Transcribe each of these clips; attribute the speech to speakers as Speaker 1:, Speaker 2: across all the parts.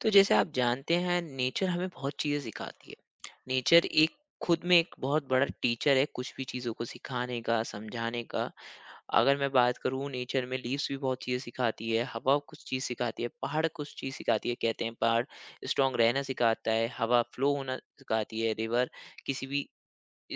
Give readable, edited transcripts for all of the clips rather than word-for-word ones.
Speaker 1: तो जैसे आप जानते हैं नेचर हमें बहुत चीज़ें सिखाती है। नेचर एक खुद में एक बहुत बड़ा टीचर है कुछ भी चीज़ों को सिखाने का, समझाने का। अगर मैं बात करूँ, नेचर में लीव्स भी बहुत चीज़ें सिखाती है, हवा कुछ चीज़ सिखाती है, पहाड़ कुछ चीज़ सिखाती है। कहते हैं पहाड़ स्ट्रांग रहना सिखाता है, हवा फ्लो होना सिखाती है, रिवर किसी भी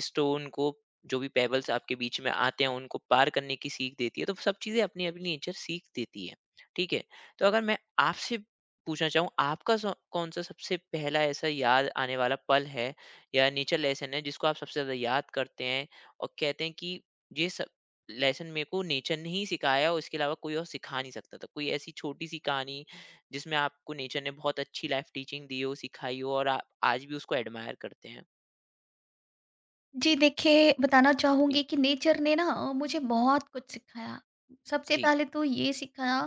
Speaker 1: स्टोन को, जो भी पेबल्स आपके बीच में आते हैं, उनको पार करने की सीख देती है। तो सब चीज़ें अपनी अपनी नेचर सीख देती है, ठीक है? तो अगर मैं आपसे पूछना चाहूँ, आपका कौन सा सबसे पहला ऐसा याद आने वाला पल है या नेचर लेसन है जिसको आप सबसे ज़्यादा याद करते हैं और कहते हैं कि ये सब लेसन मेरे को नेचर ने ही सिखाया और इसके अलावा कोई और सिखा नहीं सकता था। कोई ऐसी छोटी सी कहानी जिसमें आपको नेचर ने बहुत अच्छी लाइफ टीचिंग दी हो, सिखाई हो, और आप आज भी उसको एडमायर करते हैं।
Speaker 2: जी देखिए, बताना
Speaker 1: जी।
Speaker 2: चाहूँगी कि नेचर ने ना मुझे बहुत कुछ सिखाया। सबसे
Speaker 1: जी।
Speaker 2: पहले तो ये सिखाया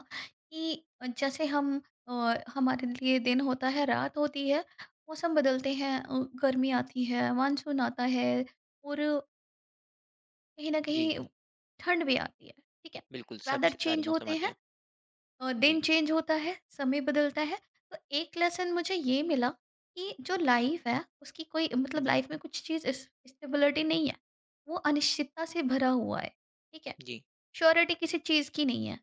Speaker 2: कि जैसे हम हमारे लिए दिन होता है, रात होती है, मौसम बदलते हैं, गर्मी आती है, मानसून आता है और कहीं न
Speaker 1: जी,
Speaker 2: कहीं ठंड भी आती है, ठीक है?
Speaker 1: बिल्कुल, सब
Speaker 2: वेदर
Speaker 1: छ सारे
Speaker 2: चेंज
Speaker 1: मौसम
Speaker 2: होते
Speaker 1: आते
Speaker 2: हैं,
Speaker 1: हैं। जी।
Speaker 2: दिन चेंज होता है, समय बदलता है। तो एक लेसन मुझे ये मिला कि जो लाइफ है उसकी कोई मतलब
Speaker 1: जी।
Speaker 2: लाइफ में कुछ चीज़ इस स्टेबिलिटी नहीं है। वो अनिश्चितता से भरा हुआ है, ठीक है?
Speaker 1: जी।
Speaker 2: श्योरिटी किसी चीज़ की नहीं है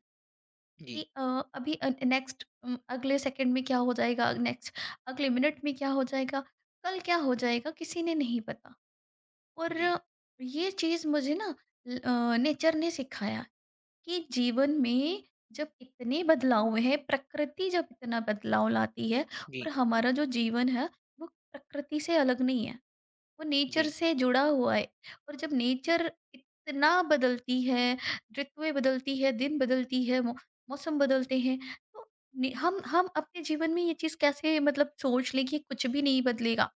Speaker 1: जी।
Speaker 2: कि अभी नेक्स्ट अगले सेकंड में क्या हो जाएगा? नेक्स्ट अगले मिनट में क्या हो जाएगा? कल क्या हो जाएगा? किसी ने नहीं पता। और
Speaker 1: जी।
Speaker 2: ये चीज़ मुझे ना नेचर ने सिखाया कि जीवन में जब इतने बदलाव हुए हैं, प्रकृति जब इतना बदलाव लाती है और
Speaker 1: जी।
Speaker 2: हमारा जो जीवन है वो प्रकृति से अलग नहीं है, वो नेचर
Speaker 1: जी।
Speaker 2: से जुड़ा हुआ है। और जब नेचर इतना बदलती है, ऋतुएँ बदलती है, दिन बदलती है, मौ मौसम बदलते हैं, तो नि हम अपने जीवन में ये चीज़ कैसे मतलब सोच लें कि कुछ भी नहीं बदलेगा।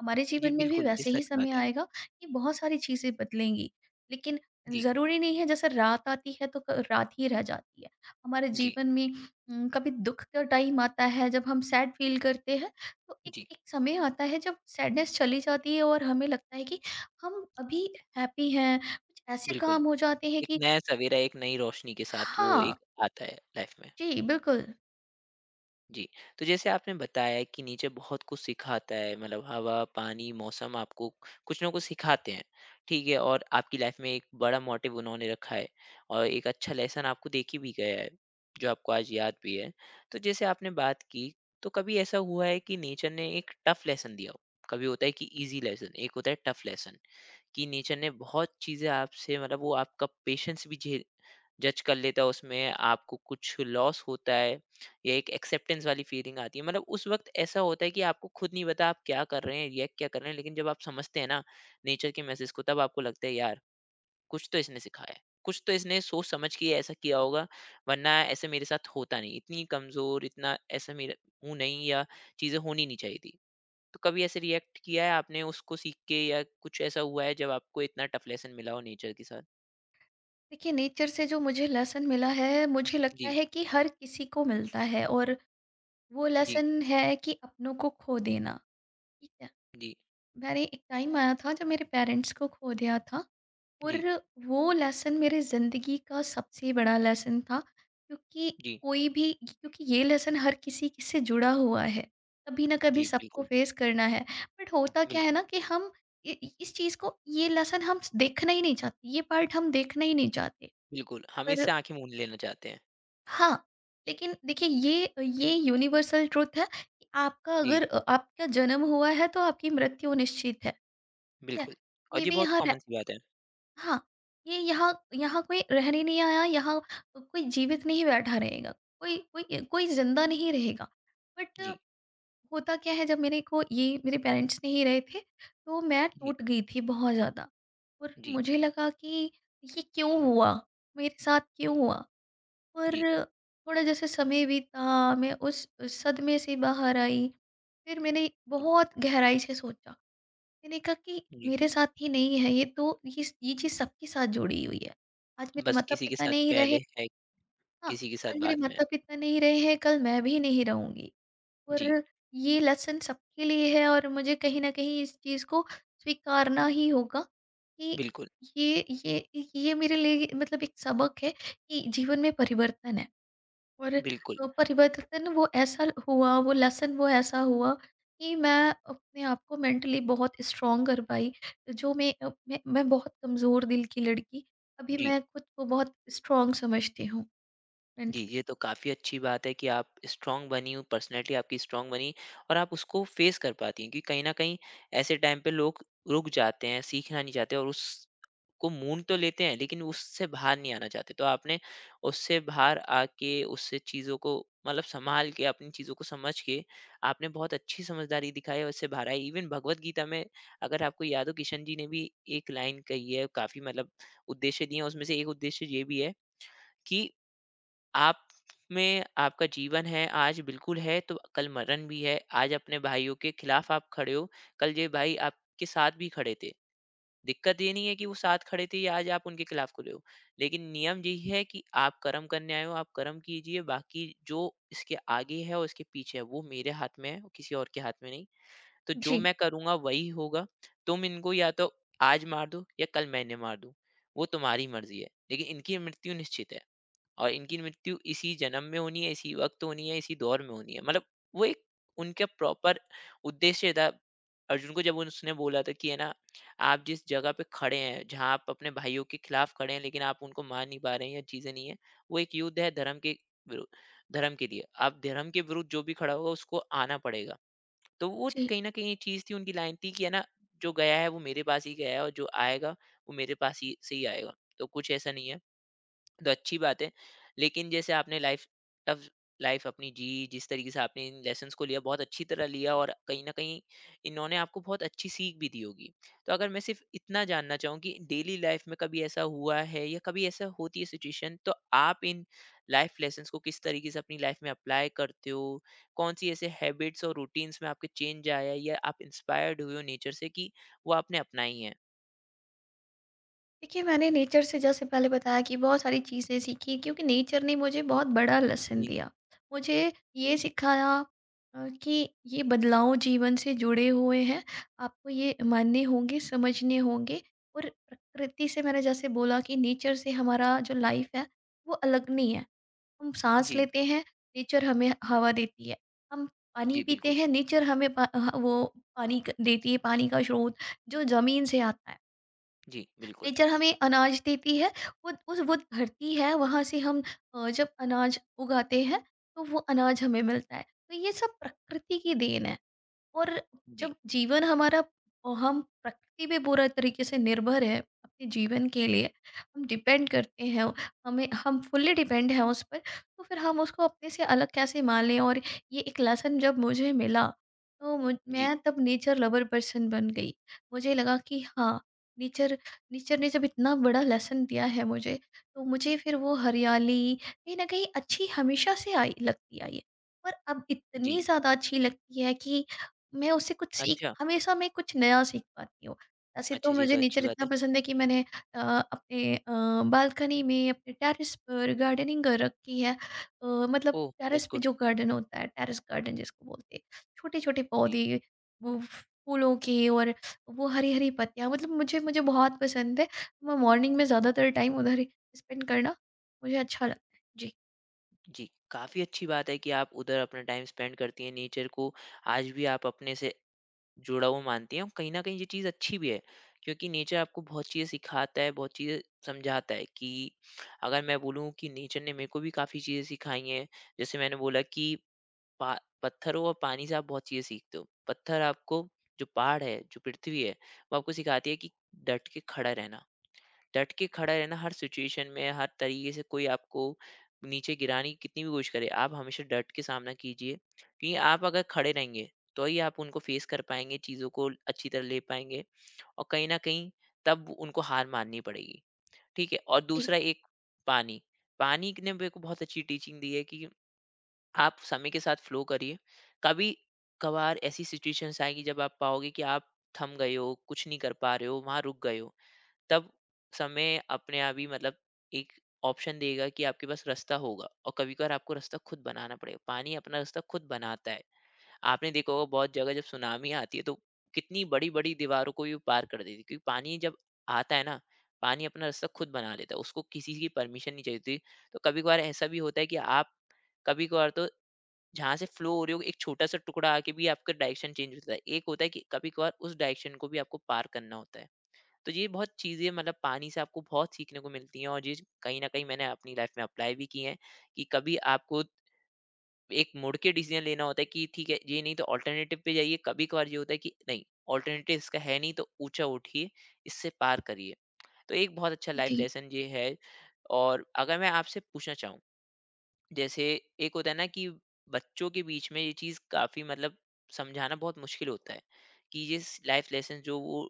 Speaker 2: हमारे
Speaker 1: जी,
Speaker 2: जीवन में भी
Speaker 1: बिल्कुल, ये
Speaker 2: वैसे ही
Speaker 1: सच
Speaker 2: समय
Speaker 1: बात है।
Speaker 2: आएगा कि बहुत सारी चीज़ें बदलेंगी, लेकिन
Speaker 1: जी।
Speaker 2: ज़रूरी नहीं है जैसे रात आती है तो क रात ही रह जाती है। हमारे
Speaker 1: जी।
Speaker 2: जीवन में कभी दुःख का टाइम आता है, जब हम सैड फ़ील करते हैं तो एक
Speaker 1: जी।
Speaker 2: एक समय आता है जब सैडनेस चली जाती है और हमें लगता है कि हम अभी हैप्पी हैं, कुछ ऐसे
Speaker 1: बिल्कुल।
Speaker 2: काम हो जाते हैं
Speaker 1: एक
Speaker 2: कि
Speaker 1: नया सवेरा, एक नई रोशनी के साथ वो
Speaker 2: हाँ,
Speaker 1: एक आता है लाइफ़ में।
Speaker 2: जी, बिल्कुल।
Speaker 1: जी। तो जैसे आपने बताया कि नेचर बहुत कुछ सिखाता है, मतलब हवा, पानी, मौसम आपको कुछ ना कुछ सिखाते हैं, ठीक है? और आपकी लाइफ में एक बड़ा मोटिव उन्होंने रखा है और एक अच्छा लेसन आपको दे के भी गया है, जो आपको आज याद भी है। तो जैसे आपने बात की, तो कभी ऐसा हुआ है कि नेचर ने एक टफ लेसन दिया हो? कभी होता है कि ईज़ी लेसन, एक होता है टफ लेसन। कि नेचर ने बहुत चीज़ें आपसे, मतलब वो आपका पेशेंस भी झे जज कर लेता है उसमें, आपको कुछ लॉस होता है या एक एक्सेप्टेंस वाली फीलिंग आती है। मतलब उस वक़्त ऐसा होता है कि आपको खुद नहीं पता आप क्या कर रहे हैं, रिएक्ट क्या कर रहे हैं, लेकिन जब आप समझते हैं ना नेचर के मैसेज को, तब आपको लगता है यार कुछ तो इसने सिखाया है, कुछ तो इसने सोच समझ के ऐसा किया होगा, वरना ऐसे मेरे साथ होता नहीं। इतनी कमज़ोर, इतना ऐसा मेरा हूँ नहीं, या चीज़ें होनी नहीं चाहिए थी। तो कभी ऐसे रिएक्ट किया है आपने उसको सीख के, या कुछ ऐसा हुआ है जब आपको इतना टफ लेसन मिला हो नेचर के साथ?
Speaker 2: देखिए नेचर से जो मुझे लेसन मिला है, मुझे लगता
Speaker 1: जी।
Speaker 2: है कि हर किसी को मिलता है और वो
Speaker 1: जी।
Speaker 2: लेसन है कि अपनों को खो देना, ठीक है।
Speaker 1: जी।
Speaker 2: मैंने एक टाइम आया था जब मेरे पेरेंट्स को खो दिया था और
Speaker 1: जी।
Speaker 2: वो लेसन मेरे ज़िंदगी का सबसे बड़ा लेसन था, क्योंकि
Speaker 1: जी।
Speaker 2: कोई भी क्योंकि ये लेसन हर किसी के से जुड़ा हुआ है। कभी ना कभी
Speaker 1: जी।
Speaker 2: सबको
Speaker 1: बिल्कुल।
Speaker 2: फेस करना है। बट होता क्या है
Speaker 1: बिल्कुल।
Speaker 2: ना कि हम इ इ इस चीज़ को ये लेसन हम स देखना ही नहीं चाहते, ये पार्ट हम देखना ही नहीं चाहते।
Speaker 1: बिल्कुल। हम
Speaker 2: पर
Speaker 1: इससे आँखें मूंद लेना चाहते हैं।
Speaker 2: हाँ, लेकिन देखिए ये यूनिवर्सल ट्रुथ है कि आपका अगर
Speaker 1: जी,
Speaker 2: आपका जन्म हुआ है तो आपकी मृत्यु निश्चित है। ठीक है?
Speaker 1: बिल्कुल। और
Speaker 2: कोई
Speaker 1: ये
Speaker 2: भी
Speaker 1: बहुत
Speaker 2: यहाँ रह,
Speaker 1: कॉमन सी बात है।
Speaker 2: हाँ, ये यहाँ यहाँ कोई रहने नहीं आया, यहाँ कोई जीवित नहीं बैठा रहेगा, कोई कोई कोई ज़िंदा नहीं रहेगा। बट
Speaker 1: जी।
Speaker 2: होता क्या है जब मेरे को ये मेरे पेरेंट्स नहीं रहे थे, तो मैं
Speaker 1: जी।
Speaker 2: टूट गई थी बहुत ज़्यादा और
Speaker 1: जी।
Speaker 2: मुझे लगा कि ये क्यों हुआ? मेरे साथ क्यों हुआ?
Speaker 1: जी।
Speaker 2: और थोड़ा जैसे समय बीता, मैं उस सदमे से बाहर आई, फिर मैंने
Speaker 1: जी।
Speaker 2: बहुत गहराई से सोचा। मैंने कहा कि
Speaker 1: जी।
Speaker 2: मेरे साथ ही नहीं है ये, तो ये चीज़ सबके साथ जुड़ी हुई है। आज मेरे
Speaker 1: बस किसी के
Speaker 2: माता-पिता
Speaker 1: साथ
Speaker 2: नहीं रहे,
Speaker 1: पहले है,
Speaker 2: हाँ,
Speaker 1: किसी के साथ
Speaker 2: आज मेरे
Speaker 1: बाद में है।
Speaker 2: माता-पिता नहीं रहे हैं, कल मैं भी नहीं रहूँगी
Speaker 1: जी,
Speaker 2: और ये लेसन सबके लिए है और मुझे कहीं न कहीं इस चीज़ को स्वीकारना ही होगा कि
Speaker 1: बिल्कुल।
Speaker 2: ये ये ये मेरे लिए मतलब एक सबक है कि जीवन में परिवर्तन है। और
Speaker 1: बिल्कुल।
Speaker 2: परिवर्तन वो ऐसा हुआ, वो लेसन वो ऐसा हुआ कि मैं अपने आप को मेंटली बहुत स्ट्रांग कर पाई। जो मैं मैं बहुत कमज़ोर दिल की लड़की, अभी
Speaker 1: जी।
Speaker 2: मैं खुद को बहुत स्ट्रांग समझती हूँ
Speaker 1: जी,
Speaker 2: मेंटली।
Speaker 1: ये तो काफ़ी अच्छी बात है कि आप स्ट्रॉन्ग बनी हो, पर्सनैलिटी आपकी स्ट्रॉन्ग बनी और आप उसको फ़ेस कर पाती हैं, क्योंकि कहीं न कहीं ऐसे टाइम पे लोग रुक जाते हैं, सीखना नहीं चाहते और उसको मून तो लेते हैं, लेकिन उससे बाहर नहीं आना चाहते। तो आपने उससे बाहर आके, उससे चीज़ों को मतलब सँभाल के, अपनी चीज़ों को समझ के, आपने बहुत अच्छी समझदारी दिखाई और उससे बाहर आए। इवन भगवद गीता में अगर आपको याद हो, कृष्ण जी ने भी एक लाइन कही है, काफ़ी मतलब उद्देश्य दिए हैं, उसमें से एक उद्देश्य ये भी है कि आप में आपका जीवन है, आज बिल्कुल है तो कल मरण भी है। आज अपने भाइयों के खिलाफ आप खड़े हो, कल ये भाई आपके साथ भी खड़े थे। दिक्कत ये नहीं है कि वो साथ खड़े थे या आज आप उनके खिलाफ खड़े हो। लेकिन नियम यही है कि आप कर्म करने आए हो, आप कर्म कीजिए, बाकी जो इसके आगे है और इसके पीछे है वो मेरे हाथ में है और किसी और के हाथ में नहीं। तो जो
Speaker 2: जी,
Speaker 1: मैं करूँगा वही होगा। तुम इनको या तो आज मार दो या कल मैंने मार दूँ, वो तुम्हारी मर्ज़ी है। लेकिन इनकी मृत्यु निश्चित है। और इनकी मृत्यु इसी जन्म में होनी है, इसी वक्त होनी है, इसी दौर में होनी है। मतलब वो एक उनका प्रॉपर उद्देश्य था। अर्जुन को जब उसने बोला था कि है ना, आप जिस जगह पे खड़े हैं, जहाँ आप अपने भाइयों के खिलाफ खड़े हैं, लेकिन आप उनको मार नहीं पा रहे हैं, ये चीज़ें नहीं है। वो एक युद्ध है धर्म के, विरु धर्म के लिए। आप धर्म के विरुद्ध जो भी खड़ा होगा, उसको आना पड़ेगा। तो वो
Speaker 2: जी।
Speaker 1: कहीं न कहीं ये चीज़ थी, उनकी लाइन थी कि है ना, जो गया है वो मेरे पास ही गया है और जो आएगा, वो मेरे पास ही से ही आएगा। तो कुछ ऐसा नहीं है। तो अच्छी बात है। लेकिन जैसे आपने लाइफ टफ लाइफ अपनी जी, जिस तरीके से आपने इन लेसन्स को लिया, बहुत अच्छी तरह लिया और कहीं न कहीं इन्होंने आपको बहुत अच्छी सीख भी दी होगी। तो अगर मैं सिर्फ़ इतना जानना चाहूँ कि डेली लाइफ में कभी ऐसा हुआ है या कभी ऐसा होती है सिचुएशन, तो आप इन लाइफ लेसन्स को किस तरीके से अपनी लाइफ में अप्लाई करते हो? कौन-सी ऐसे हैबिट्स और रूटीन्स में आपके चेंज आया है या आप इंस्पायर्ड हुए हो नेचर से कि वो आपने अपनाई हैं?
Speaker 2: देखिए, मैंने नेचर से जैसे पहले बताया कि बहुत सारी चीज़ें सीखी क्योंकि नेचर ने मुझे बहुत बड़ा लेसन
Speaker 1: जी।
Speaker 2: दिया। मुझे ये सिखाया कि ये बदलाव जीवन से जुड़े हुए हैं, आपको ये मानने होंगे, समझने होंगे और प्रकृति से मैंने जैसे बोला कि नेचर से हमारा जो लाइफ़ है, वो अलग नहीं है। हम साँस
Speaker 1: जी।
Speaker 2: लेते हैं, नेचर हमें हवा देती है। हम पानी
Speaker 1: जी,
Speaker 2: पीते
Speaker 1: बिल्कुल।
Speaker 2: हैं, नेचर हमें पा ह वो पानी क देती है, पानी का स्रोत जो ज़मीन से आता है।
Speaker 1: जी, बिल्कुल।
Speaker 2: नेचर हमें अनाज देती है, वो उस वो धरती है वहाँ से हम, जब अनाज उगाते हैं तो वो अनाज हमें मिलता है, तो ये सब प्रकृति की देन है। और
Speaker 1: जी।
Speaker 2: जब जीवन हमारा, हम प्रकृति पे पूरा तरीके से निर्भर है अपने जीवन के लिए, हम डिपेंड करते हैं, हमें हम फुल्ली डिपेंड हैं उस पर, तो फिर हम उसको अपने से अलग कैसे मान लें। और ये एक लेसन जब मुझे मिला तो
Speaker 1: जी।
Speaker 2: मैं तब नेचर लवर पर्सन बन गई। मुझे लगा कि हाँ, नेचर नेचर ने जब इतना बड़ा लेसन दिया है मुझे, तो मुझे फिर वो हरियाली कहीं ना कहीं अच्छी हमेशा से आई लगती आई है और अब
Speaker 1: जी।
Speaker 2: इतनी ज़्यादा अच्छी लगती है कि मैं उससे कुछ सीख,
Speaker 1: अच्छा।
Speaker 2: हमेशा मैं कुछ नया सीख पाती हूँ। ऐसे तो
Speaker 1: अच्छा, ये
Speaker 2: मुझे
Speaker 1: तो अच्छी
Speaker 2: नेचर
Speaker 1: बात
Speaker 2: इतना
Speaker 1: है।
Speaker 2: पसंद है कि मैंने अ, अपने बालकनी में, अपने टेरेस पर गार्डनिंग कर रखी है। मतलब
Speaker 1: ओह!
Speaker 2: टेरेस
Speaker 1: दैट्स
Speaker 2: पे
Speaker 1: गुड।
Speaker 2: जो गार्डन होता है, टेरेस गार्डन जिसको बोलते हैं। छोटे-छोटे
Speaker 1: जी।
Speaker 2: पौधे, वो फूलों के, और वो हरी-हरी पत्तियाँ, मतलब मुझे मुझे बहुत पसंद है। मैं मॉर्निंग में ज़्यादातर टाइम उधर ही स्पेंड करना मुझे अच्छा लगता है। जी,
Speaker 1: जी। काफ़ी अच्छी बात है कि आप उधर अपना टाइम स्पेंड करती हैं, नेचर को आज भी आप अपने से जुड़ा हुआ मानती हैं और कहीं न कहीं ये चीज़ अच्छी भी है, क्योंकि नेचर आपको बहुत चीज़ें सिखाता है, बहुत चीज़ें समझाता है। कि अगर मैं बोलूँ कि नेचर ने मेरे को भी काफ़ी चीज़ें सिखाई हैं। जैसे मैंने बोला कि पा पत्थरों और पानी से आप बहुत चीज़ें सीखते हो। पत्थर आपको, जो पहाड़ है, जो पृथ्वी है, वो आपको सिखाती है कि डट के खड़ा रहना। डट के खड़ा रहना हर सिचुएशन में, हर तरीके से। कोई आपको नीचे गिराने की कितनी भी कोशिश करे, आप हमेशा डट के सामना कीजिए। क्योंकि आप अगर खड़े रहेंगे, तो ही आप उनको फेस कर पाएँगे, चीज़ों को अच्छी तरह ले पाएँगे और कहीं न कहीं तब उनको हार माननी पड़ेगी, ठीक है? और दूसरा
Speaker 2: जी,
Speaker 1: एक पानी, पानी ने मेरे को बहुत अच्छी टीचिंग दी है कि आप समय के साथ फ्लो करिए। कभी-कभार ऐसी सिचुएशंस आएँगी जब आप पाओगे कि आप थम गए हो, कुछ नहीं कर पा रहे हो, वहाँ रुक गए हो। तब समय अपने आप ही मतलब एक ऑप्शन देगा कि आपके पास रास्ता होगा, और कभी कभार आपको रास्ता खुद बनाना पड़ेगा। पानी अपना रास्ता खुद बनाता है। आपने देखा होगा बहुत जगह जब सुनामी आती है तो कितनी बड़ी बड़ी दीवारों को भी वो पार कर देती है, क्योंकि पानी जब आता है ना, पानी अपना रास्ता खुद बना लेता है, उसको किसी की परमिशन नहीं चाहिए होती। तो कभी कभार ऐसा भी होता है कि आप, कभी कभार तो जहाँ से फ्लो हो रही हो एक छोटा सा टुकड़ा आके भी आपका डायरेक्शन चेंज होता है, एक होता है कि कभी कभार उस डायरेक्शन को भी आपको पार करना होता है। तो ये बहुत चीज़ें मतलब पानी से आपको बहुत सीखने को मिलती हैं और ये कहीं न कहीं मैंने अपनी लाइफ में अप्लाई भी की हैं, कि कभी आपको एक मुड़ के डिसीज़न लेना होता है कि ठीक है, ये नहीं तो ऑल्टरनेटिव पे जाइए। कभी-कभार ये होता है कि नहीं, ऑल्टरनेटिव इसका है नहीं, तो ऊँचा उठिए, इससे पार करिए। तो एक बहुत अच्छा लाइफ
Speaker 2: जी,
Speaker 1: लेसन ये है। और अगर मैं आपसे पूछना चाहूँ, जैसे एक होता है ना कि बच्चों के बीच में ये चीज़ काफ़ी मतलब समझाना बहुत मुश्किल होता है, कि ये लाइफ लेसन जो वो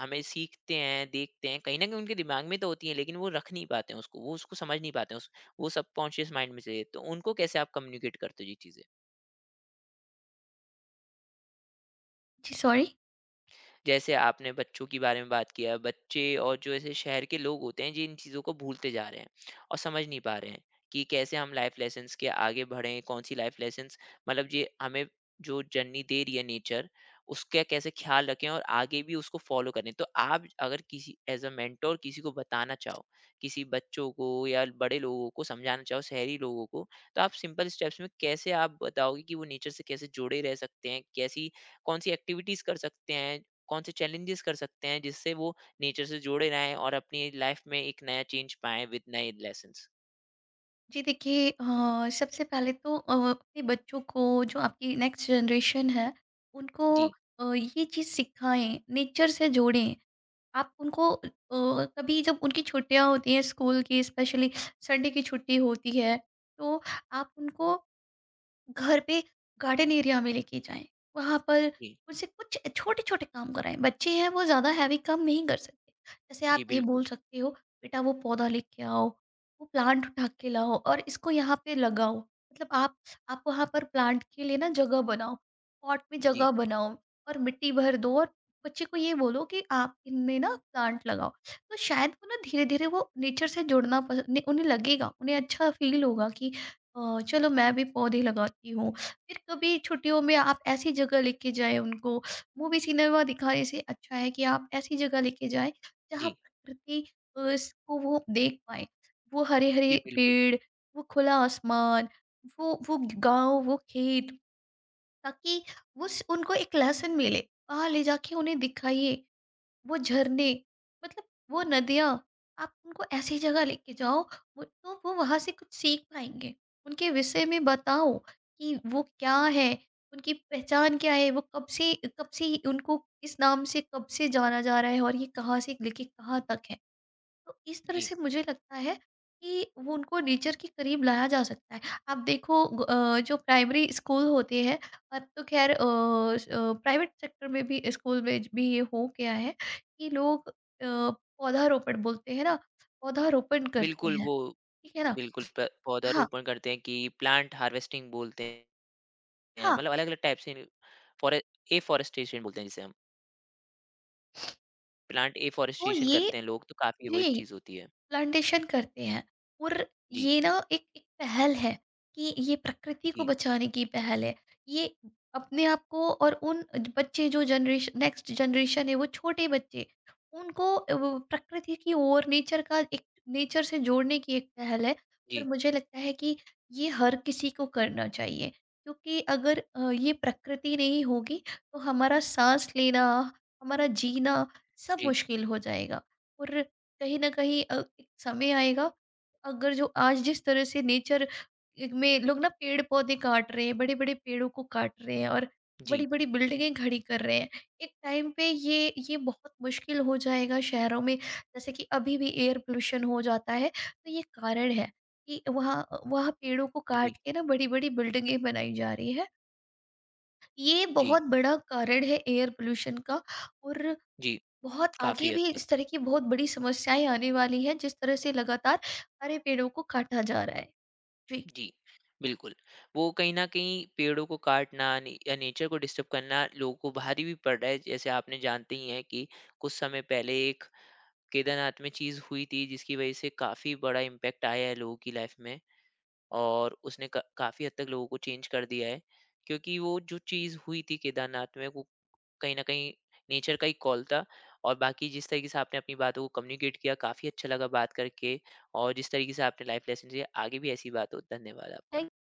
Speaker 1: हमें सीखते हैं, देखते हैं, कहीं ना कहीं उनके दिमाग में तो होती है, लेकिन वो रख नहीं पाते हैं उसको, वो उसको समझ नहीं पाते हैं वो सबकॉन्शियस माइंड में से तो उनको कैसे आप कम्युनिकेट करते हो ये चीज़ें?
Speaker 2: जी, सॉरी?
Speaker 1: जैसे आपने बच्चों के बारे में बात किया, बच्चे और जो ऐसे शहर के लोग होते हैं जी, इन चीज़ों को भूलते जा रहे हैं और समझ नहीं पा रहे हैं कि कैसे हम लाइफ लेसन्स के आगे बढ़ें, कौन सी लाइफ लेसन्स मतलब ये हमें जो जर्नी दे रही है नेचर, उसका कैसे ख्याल रखें और आगे भी उसको फॉलो करें। तो आप अगर किसी एज अ मेंटोर किसी को बताना चाहो, किसी बच्चों को या बड़े लोगों को समझाना चाहो, शहरी लोगों को, तो आप सिंपल स्टेप्स में कैसे आप बताओगे कि वो नेचर से कैसे जुड़े रह सकते हैं, कैसी कौन सी एक्टिविटीज कर सकते हैं, कौन से चैलेंजेस कर सकते हैं जिससे वो नेचर से जुड़े रहें और अपनी लाइफ में एक नया चेंज पाएँ विद नए लेसन्स।
Speaker 2: जी देखिए, सबसे पहले तो अपने बच्चों को, जो आपकी नेक्स्ट जनरेशन है, उनको
Speaker 1: जी।
Speaker 2: ये चीज़ सिखाएं, नेचर से जोड़ें। आप उनको, कभी जब उनकी छुट्टियां होती हैं स्कूल की, स्पेशली संडे की छुट्टी होती है, तो आप उनको घर पे गार्डन एरिया में लेके जाएं। वहाँ पर
Speaker 1: जी।
Speaker 2: उनसे कुछ छोटे छोटे काम कराएं, बच्चे हैं वो ज़्यादा हैवी काम नहीं कर सकते। जैसे
Speaker 1: जी,
Speaker 2: आप ये
Speaker 1: बिल्कुल।
Speaker 2: बोल सकते हो बेटा वो पौधा लेके आओ, वो प्लांट उठा के लाओ और इसको यहाँ पे लगाओ। मतलब आप वहाँ पर प्लांट के लिए ना जगह बनाओ, पॉट में
Speaker 1: जी।
Speaker 2: जगह बनाओ और मिट्टी भर दो, और बच्चे को ये बोलो कि आप इनमें ना प्लांट लगाओ। तो शायद वो ना धीरे धीरे वो नेचर से जुड़ना पसंद उन्हें लगेगा, उन्हें अच्छा फील होगा कि चलो मैं भी पौधे लगाती हूँ। फिर कभी छुट्टियों में आप ऐसी जगह लेके जाएँ उनको, मूवी सिनेमा दिखाने से अच्छा है कि आप ऐसी जगह लेके जाएँ जहाँ
Speaker 1: जी।
Speaker 2: प्रकृति अ, स को वो देख पाएँ। वो
Speaker 1: जी,
Speaker 2: हरे-हरे
Speaker 1: बिल्कुल।
Speaker 2: पेड़, वो खुला आसमान, वो गाँव, वो खेत, ताकि उस उनको एक लेसन मिले। वहाँ ले जाके उन्हें दिखाइए वो झरने, मतलब वो नदियाँ, आप उनको ऐसी जगह लेके जाओ, वो तो वो वहाँ से कुछ सीख पाएँगे। उनके विषय में बताओ कि वो क्या है, उनकी पहचान क्या है, वो कब से, उनको इस नाम से कब से जाना जा रहा है और ये कहाँ से लेके कहाँ तक है। तो इस तरह
Speaker 1: जी,
Speaker 2: से मुझे लगता है कि वो उनको नेचर के करीब लाया जा सकता है। आप देखो जो प्राइमरी स्कूल होते हैं, अब तो ख़ैर प्राइवेट सेक्टर में भी स्कूल में ज भी ये हो गया है कि लोग, पौधारोपण बोलते हैं ना, पौधारोपण करते
Speaker 1: बिल्कुल
Speaker 2: हैं,
Speaker 1: वो,
Speaker 2: ठीक है ना?
Speaker 1: बिल्कुल, प
Speaker 2: हाँ,
Speaker 1: पौधारोपण करते हैं कि प्लांट हार्वेस्टिंग बोलते हैं,
Speaker 2: हाँ,
Speaker 1: मतलब अलग-अलग टाइप से, फॉरे एफ़ॉरेस्टेशन बोलते हैं जिसे हम, प्लांट
Speaker 2: तो
Speaker 1: एफ़ॉरेस्टेशन
Speaker 2: ये
Speaker 1: करते हैं लोग, तो काफ़ी वो एक
Speaker 2: जी।
Speaker 1: चीज़ होती है।
Speaker 2: प्लांटेशन करते हैं और
Speaker 1: जी।
Speaker 2: ये ना एक, एक पहल है कि ये प्रकृति को
Speaker 1: जी।
Speaker 2: बचाने की पहल है। ये अपने आप को और उन बच्चे जो जनरेशन, नेक्स्ट जनरेशन है, वो छोटे बच्चे, उनको वो प्रकृति की ओर, नेचर का एक, नेचर से जोड़ने की एक पहल है। और
Speaker 1: जी।
Speaker 2: मुझे लगता है कि ये हर किसी को करना चाहिए, क्योंकि अगर ये प्रकृति नहीं होगी तो हमारा सांस लेना, हमारा जीना सब
Speaker 1: जी।
Speaker 2: मुश्किल हो जाएगा। और कहीं न कहीं एक समय आएगा, अगर जो आज जिस तरह से नेचर एक में लोग ना पेड़-पौधे काट रहे हैं, बड़े-बड़े पेड़ों को काट रहे हैं और
Speaker 1: जी।
Speaker 2: बड़ी-बड़ी बिल्डिंगें खड़ी कर रहे हैं। एक टाइम पे ये बहुत मुश्किल हो जाएगा शहरों में, जैसे कि अभी भी एयर पॉल्यूशन हो जाता है, तो ये कारण है कि वहाँ, वहाँ पेड़ों को
Speaker 1: जी।
Speaker 2: काट के ना बड़ी-बड़ी बिल्डिंगें बनाई जा रही हैं। ये
Speaker 1: जी।
Speaker 2: बहुत बड़ा कारण है एयर पॉल्यूशन का। और
Speaker 1: जी।
Speaker 2: बहुत आगे
Speaker 1: काफ़ी हद
Speaker 2: भी
Speaker 1: तक।
Speaker 2: इस तरह की बहुत बड़ी समस्याएं आने वाली हैं जिस तरह से लगातार हरे पेड़ों को काटा जा रहा है। जी।
Speaker 1: जी, बिल्कुल। वो कहीं न कहीं पेड़ों को काटना ने या नेचर को डिस्टर्ब करना लोगों को भारी भी पड़ रहा है। जैसे आपने जानते ही हैं कि कुछ समय पहले एक केदारनाथ में चीज़ हुई थी जिसकी वज़ह से काफ़ी बड़ा इम्पैक्ट आया है लोगों की लाइफ़ में और उसने क काफ़ी हद तक लोगों को चेंज कर दिया है। क्योंकि वो जो चीज़ हुई थी केदारनाथ में, वो कहीं न कहीं नेचर का ही कॉल था। और बाकी जिस तरीके से आपने अपनी बातों को कम्युनिकेट किया, काफ़ी अच्छा लगा बात करके, और जिस तरीके से आपने लाइफ़ लेसन दिए, आगे भी ऐसी बात हो। धन्यवाद आपका।
Speaker 2: थैंक